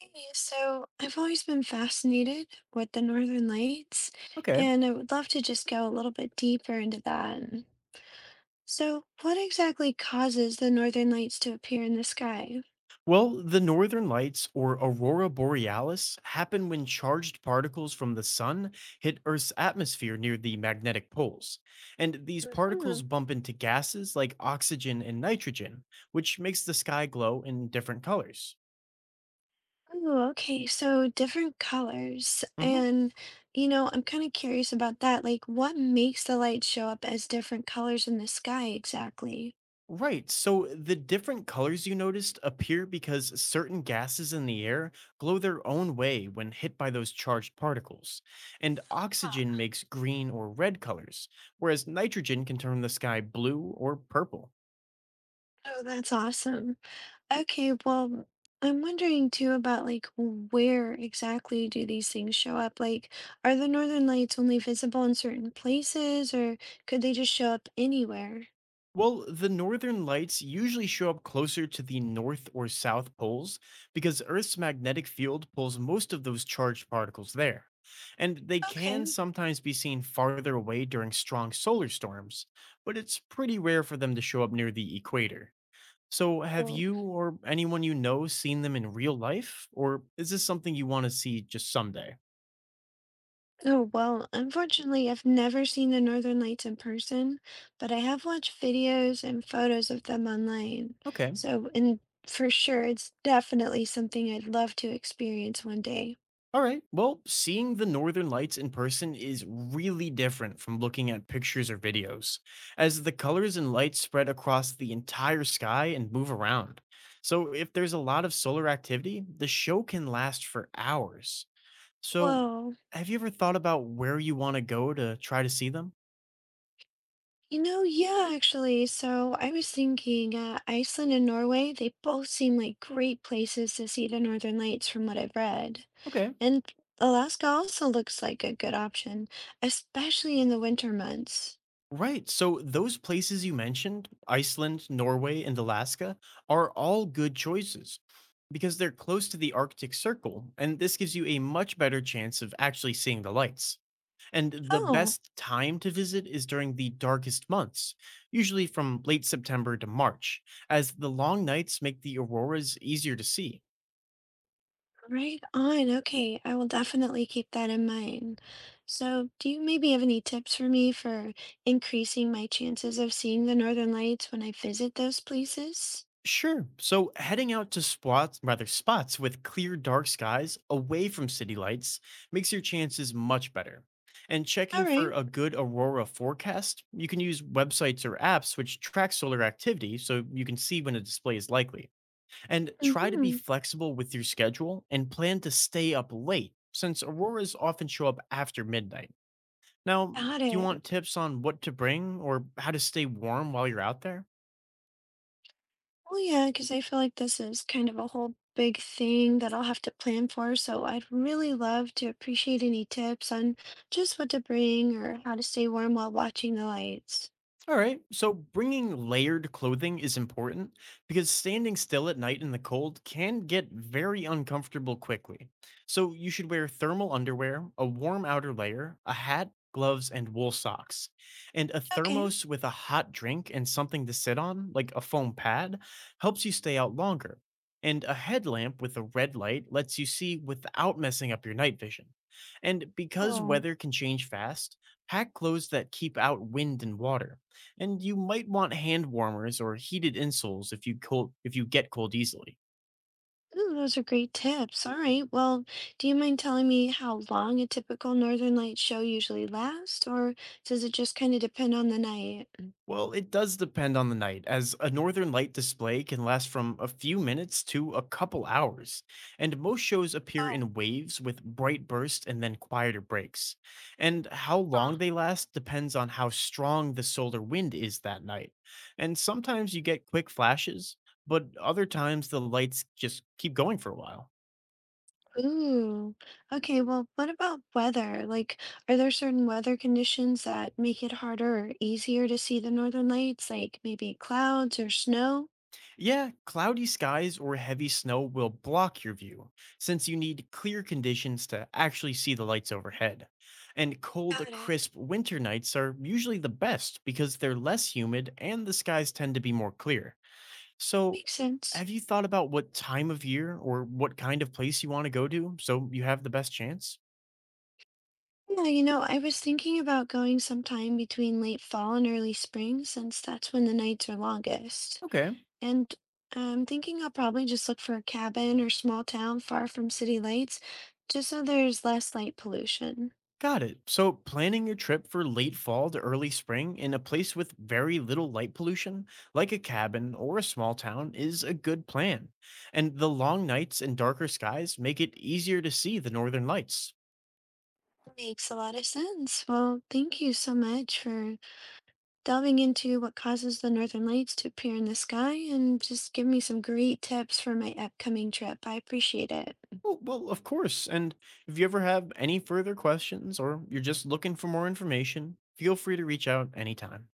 Hey, so I've always been fascinated with the Northern Lights, Okay. and I would love to just go a little bit deeper into that. So, what exactly causes the Northern Lights to appear in the sky? Well, the northern lights or aurora borealis happen when charged particles from the sun hit Earth's atmosphere near the magnetic poles. And these hmm particles bump into gases like oxygen and nitrogen, which makes the sky glow in different colors. Oh, okay. So different colors. Mhm. I'm kind of curious about that. Like, what makes the lights show up as different colors in the sky exactly? Right. So the different colors you noticed appear because certain gases in the air glow their own way when hit by those charged particles. And oxygen makes green or red colors, whereas nitrogen can turn the sky blue or purple. Oh, that's awesome. Okay, well, I'm wondering too about like where exactly do these things show up? Like, are the northern lights only visible in certain places, or could they just show up anywhere? Well, the northern lights usually show up closer to the north or south poles because Earth's magnetic field pulls most of those charged particles there. And they can Okay. sometimes be seen farther away during strong solar storms, but it's pretty rare for them to show up near the equator. So, have Oh, you or anyone you know seen them in real life? Or is this something you want to see just someday? oh, well, unfortunately, I've never seen the northern lights in person, but I have watched videos and photos of them online. Okay. So, and For sure, it's definitely something I'd love to experience one day. All right. Well, seeing the northern lights in person is really different from looking at pictures or videos, as the colors and lights spread across the entire sky and move around. So, if there's a lot of solar activity, the show can last for hours. So, Whoa. have you ever thought about where you want to go to try to see them? You know, yeah, actually. So I was thinking Iceland and Norway, they both seem like great places to see the Northern Lights from what I've read. Okay. And Alaska also looks like a good option, especially in the winter months. Right. So those places you mentioned, Iceland, Norway, and Alaska, are all good choices because they're close to the Arctic Circle, and this gives you a much better chance of actually seeing the lights. And the Oh, best time to visit is during the darkest months, usually from late September to March, as the long nights make the auroras easier to see. right on. Okay, I will definitely keep that in mind. So, do you maybe have any tips for me for increasing my chances of seeing the Northern Lights when I visit those places? Sure. So heading out to spots, rather spots with clear dark skies away from city lights makes your chances much better. And All checking right. for a good aurora forecast, you can use websites or apps which track solar activity so you can see when a display is likely. And try to be Mm-hmm. flexible with your schedule and plan to stay up late since auroras often show up after midnight. Now, do Got you want it. tips on what to bring or how to stay warm while you're out there? Well, yeah, because I feel like this is kind of a whole big thing that I'll have to plan for. So I'd really love to appreciate any tips on just what to bring or how to stay warm while watching the lights. All right, so bringing layered clothing is important because standing still at night in the cold can get very uncomfortable quickly. So you should wear thermal underwear, a warm outer layer, a hat, gloves, and wool socks. And a Okay. thermos with a hot drink and something to sit on, like a foam pad, helps you stay out longer. And a headlamp with a red light lets you see without messing up your night vision. And because Oh, weather can change fast, pack clothes that keep out wind and water and you might want hand warmers or heated insoles if you cold, if you get cold easily. Ooh, those are great tips. All right. Well, do you mind telling me how long a typical Northern Light show usually lasts, or does it just kind of depend on the night? Well, it does depend on the night, as a northern light display can last from a few minutes to a couple hours, and most shows appear Oh, in waves with bright bursts and then quieter breaks. And how huh. long they last depends on how strong the solar wind is that night. And sometimes you get quick flashes, but other times the lights just keep going for a while. Ooh. Okay, well, what about weather? Like, are there certain weather conditions that make it harder or easier to see the northern lights, like maybe clouds or snow? Yeah, cloudy skies or heavy snow will block your view, since you need clear conditions to actually see the lights overhead. And cold, Got it. crisp winter nights are usually the best because they're less humid and the skies tend to be more clear. So, Makes sense. have you thought about what time of year or what kind of place you want to go to so you have the best chance? Yeah, you know, I was thinking about going sometime between late fall and early spring, since that's when the nights are longest. Okay. And I'm thinking I'll probably just look for a cabin or small town far from city lights, just so there's less light pollution. Got it. So, planning your trip for late fall to early spring in a place with very little light pollution, like a cabin or a small town, is a good plan. And the long nights and darker skies make it easier to see the northern lights. Makes a lot of sense. Well, thank you so much for delving into what causes the northern lights to appear in the sky and just give me some great tips for my upcoming trip. I appreciate it. Well, of course. And if you ever have any further questions or you're just looking for more information, feel free to reach out anytime.